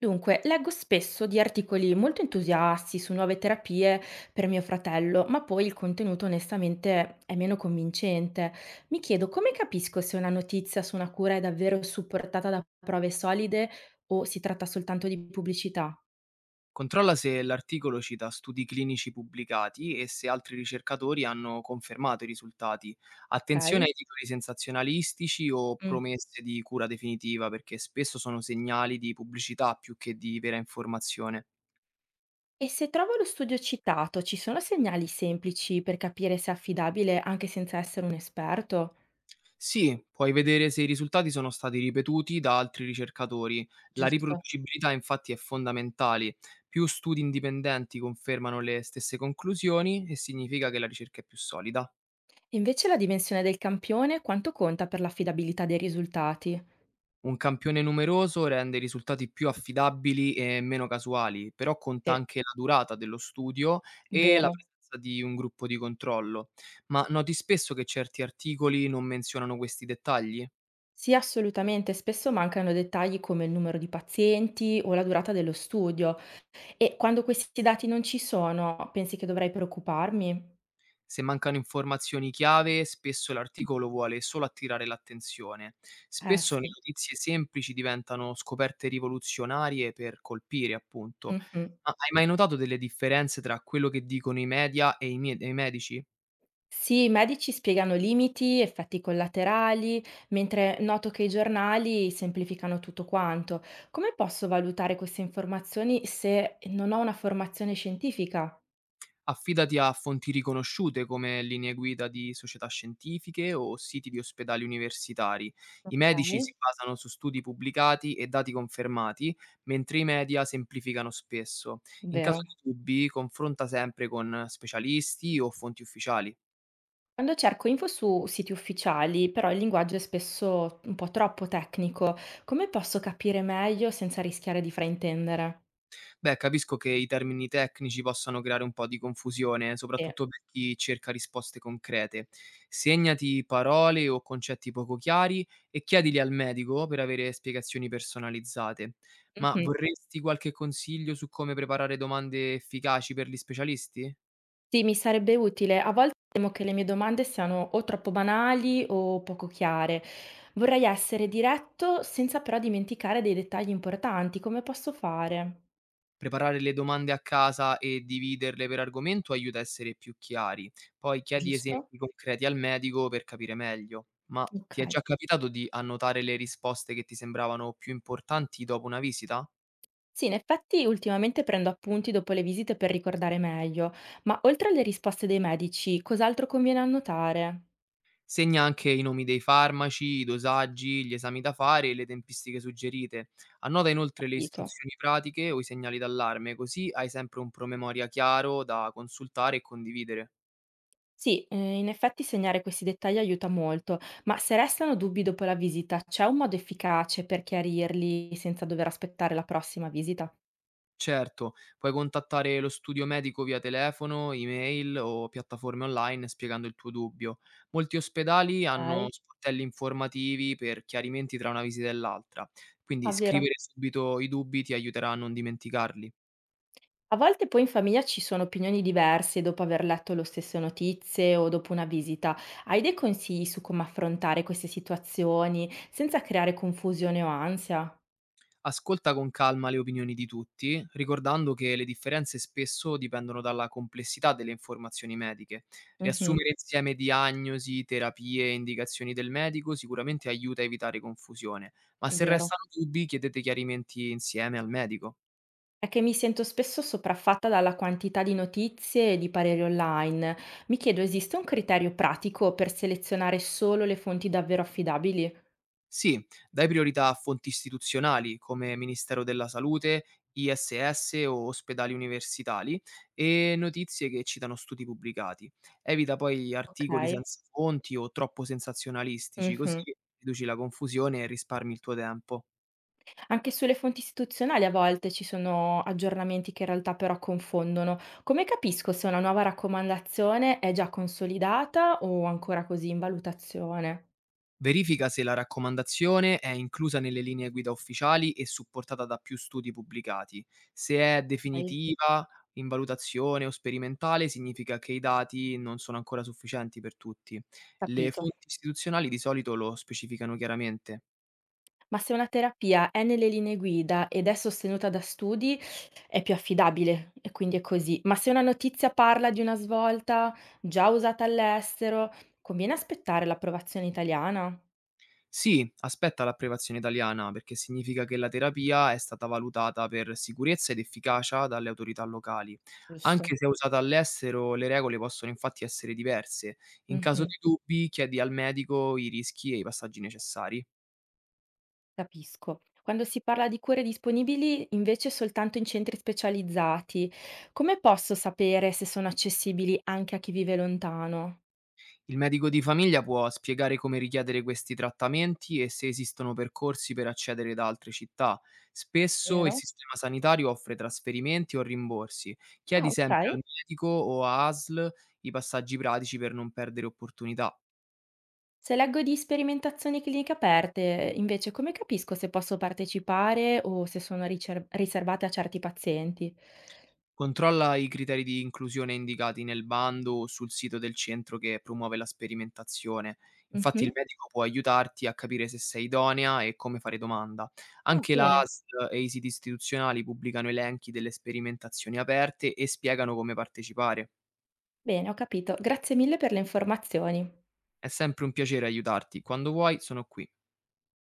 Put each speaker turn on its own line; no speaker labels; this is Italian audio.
Dunque, leggo spesso di articoli molto entusiasti su nuove terapie per mio fratello, ma poi il contenuto onestamente è meno convincente. Mi chiedo come capisco se una notizia su una cura è davvero supportata da prove solide o si tratta soltanto di pubblicità,
Controlla se l'articolo cita studi clinici pubblicati e se altri ricercatori hanno confermato i risultati. Attenzione
ok?
ai titoli sensazionalistici o
Mm.
promesse di cura definitiva, perché spesso sono segnali di pubblicità più che di vera informazione.
E se trovo lo studio citato, ci sono segnali semplici per capire se è affidabile anche senza essere un esperto?
Sì, puoi vedere se i risultati sono stati ripetuti da altri ricercatori. La
Giusto.
riproducibilità infatti è fondamentale. Più studi indipendenti confermano le stesse conclusioni e significa che la ricerca è più solida.
E invece la dimensione del campione quanto conta per l'affidabilità dei risultati?
Un campione numeroso rende i risultati più affidabili e meno casuali, però conta anche la durata dello studio e la
Vero.
presenza di un gruppo di controllo. Ma noti spesso che certi articoli non menzionano questi dettagli?
Sì, assolutamente. Spesso mancano dettagli come il numero di pazienti o la durata dello studio. E quando questi dati non ci sono, pensi che dovrei preoccuparmi?
Se mancano informazioni chiave, spesso l'articolo vuole solo attirare l'attenzione.
Eh
Spesso le
sì.
notizie semplici diventano scoperte rivoluzionarie per colpire, appunto.
Mhm.
Ma hai mai notato delle differenze tra quello che dicono i media e i medici?
Sì, i medici spiegano limiti, effetti collaterali, mentre noto che i giornali semplificano tutto quanto. Come posso valutare queste informazioni se non ho una formazione scientifica?
Affidati a fonti riconosciute come linee guida di società scientifiche o siti di ospedali universitari. I medici
Ok.
si basano su studi pubblicati e dati confermati, mentre i media semplificano spesso. In
Vero.
caso di dubbi, confronta sempre con specialisti o fonti ufficiali.
Quando cerco info su siti ufficiali, però il linguaggio è spesso un po' troppo tecnico, come posso capire meglio senza rischiare di fraintendere?
Beh, capisco che i termini tecnici possano creare un po' di confusione,
Sì.
soprattutto per chi cerca risposte concrete. Segnati parole o concetti poco chiari e chiedili al medico per avere spiegazioni personalizzate. Ma
Mhm.
vorresti qualche consiglio su come preparare domande efficaci per gli specialisti?
Sì, mi sarebbe utile. A volte temo che le mie domande siano o troppo banali o poco chiare. Vorrei essere diretto senza però dimenticare dei dettagli importanti. Come posso fare?
Preparare le domande a casa e dividerle per argomento aiuta a essere più chiari. Poi chiedi
Giusto?
esempi concreti al medico per capire meglio. Ma ti
Ok.
è già capitato di annotare le risposte che ti sembravano più importanti dopo una visita?
Sì, in effetti ultimamente prendo appunti dopo le visite per ricordare meglio, ma oltre alle risposte dei medici, cos'altro conviene annotare?
Segna anche i nomi dei farmaci, i dosaggi, gli esami da fare e le tempistiche suggerite. Annota inoltre le
Capito.
istruzioni pratiche o i segnali d'allarme, così hai sempre un promemoria chiaro da consultare e condividere.
Sì, in effetti segnare questi dettagli aiuta molto, ma se restano dubbi dopo la visita, c'è un modo efficace per chiarirli senza dover aspettare la prossima visita?
Certo, puoi contattare lo studio medico via telefono, email o piattaforme online spiegando il tuo dubbio. Molti ospedali hanno
Ok.
sportelli informativi per chiarimenti tra una visita e l'altra,
Ah,
quindi
vero.
scrivere subito i dubbi ti aiuterà a non dimenticarli.
A volte poi in famiglia ci sono opinioni diverse dopo aver letto lo stesso notizie o dopo una visita. Hai dei consigli su come affrontare queste situazioni senza creare confusione o ansia?
Ascolta con calma le opinioni di tutti, ricordando che le differenze spesso dipendono dalla complessità delle informazioni mediche.
Mh-mh,
Riassumere insieme diagnosi, terapie e indicazioni del medico sicuramente aiuta a evitare confusione, ma se
vero.
restano dubbi chiedete chiarimenti insieme al medico.
È che mi sento spesso sopraffatta dalla quantità di notizie e di pareri online. Mi chiedo, esiste un criterio pratico per selezionare solo le fonti davvero affidabili?
Sì, dai priorità a fonti istituzionali come Ministero della Salute, ISS o ospedali universitari e notizie che citano studi pubblicati. Evita poi articoli
Okay.
senza fonti o troppo sensazionalistici, così
Mh-mh.
riduci la confusione e risparmi il tuo tempo.
Anche sulle fonti istituzionali a volte ci sono aggiornamenti che in realtà però confondono. Come capisco se una nuova raccomandazione è già consolidata o ancora così in valutazione?
Verifica se la raccomandazione è inclusa nelle linee guida ufficiali e supportata da più studi pubblicati. Se è
Hai
definitiva, in valutazione o sperimentale, significa che i dati non sono ancora sufficienti per tutti. Le
capito?
fonti istituzionali di solito lo specificano chiaramente.
Ma se una terapia è nelle linee guida ed è sostenuta da studi, è più affidabile e quindi è così. Ma se una notizia parla di una svolta già usata all'estero, conviene aspettare l'approvazione italiana?
Sì, aspetta l'approvazione italiana, perché significa che la terapia è stata valutata per sicurezza ed efficacia dalle autorità locali.
Giusto.
Anche se usata all'estero, le regole possono infatti essere diverse. In caso
Mhm.
di dubbi, chiedi al medico i rischi e i passaggi necessari.
Capisco. Quando si parla di cure disponibili, invece, soltanto in centri specializzati, come posso sapere se sono accessibili anche a chi vive lontano?
Il medico di famiglia può spiegare come richiedere questi trattamenti e se esistono percorsi per accedere da altre città. Spesso il
Vero?
sistema sanitario offre trasferimenti o rimborsi.
Ah,
Chiedi
ok.
sempre al medico o a ASL i passaggi pratici per non perdere opportunità.
Se leggo di sperimentazioni cliniche aperte, invece, come capisco se posso partecipare o se sono riservate a certi pazienti?
Controlla i criteri di inclusione indicati nel bando o sul sito del centro che promuove la sperimentazione. Infatti il
Mhm.
medico può aiutarti a capire se sei idonea e come fare domanda.
Ah,
Anche la
bene,
ASL e i siti istituzionali pubblicano elenchi delle sperimentazioni aperte e spiegano come partecipare.
bene, ho capito. Grazie mille per le informazioni.
È sempre un piacere aiutarti. Quando vuoi, sono qui.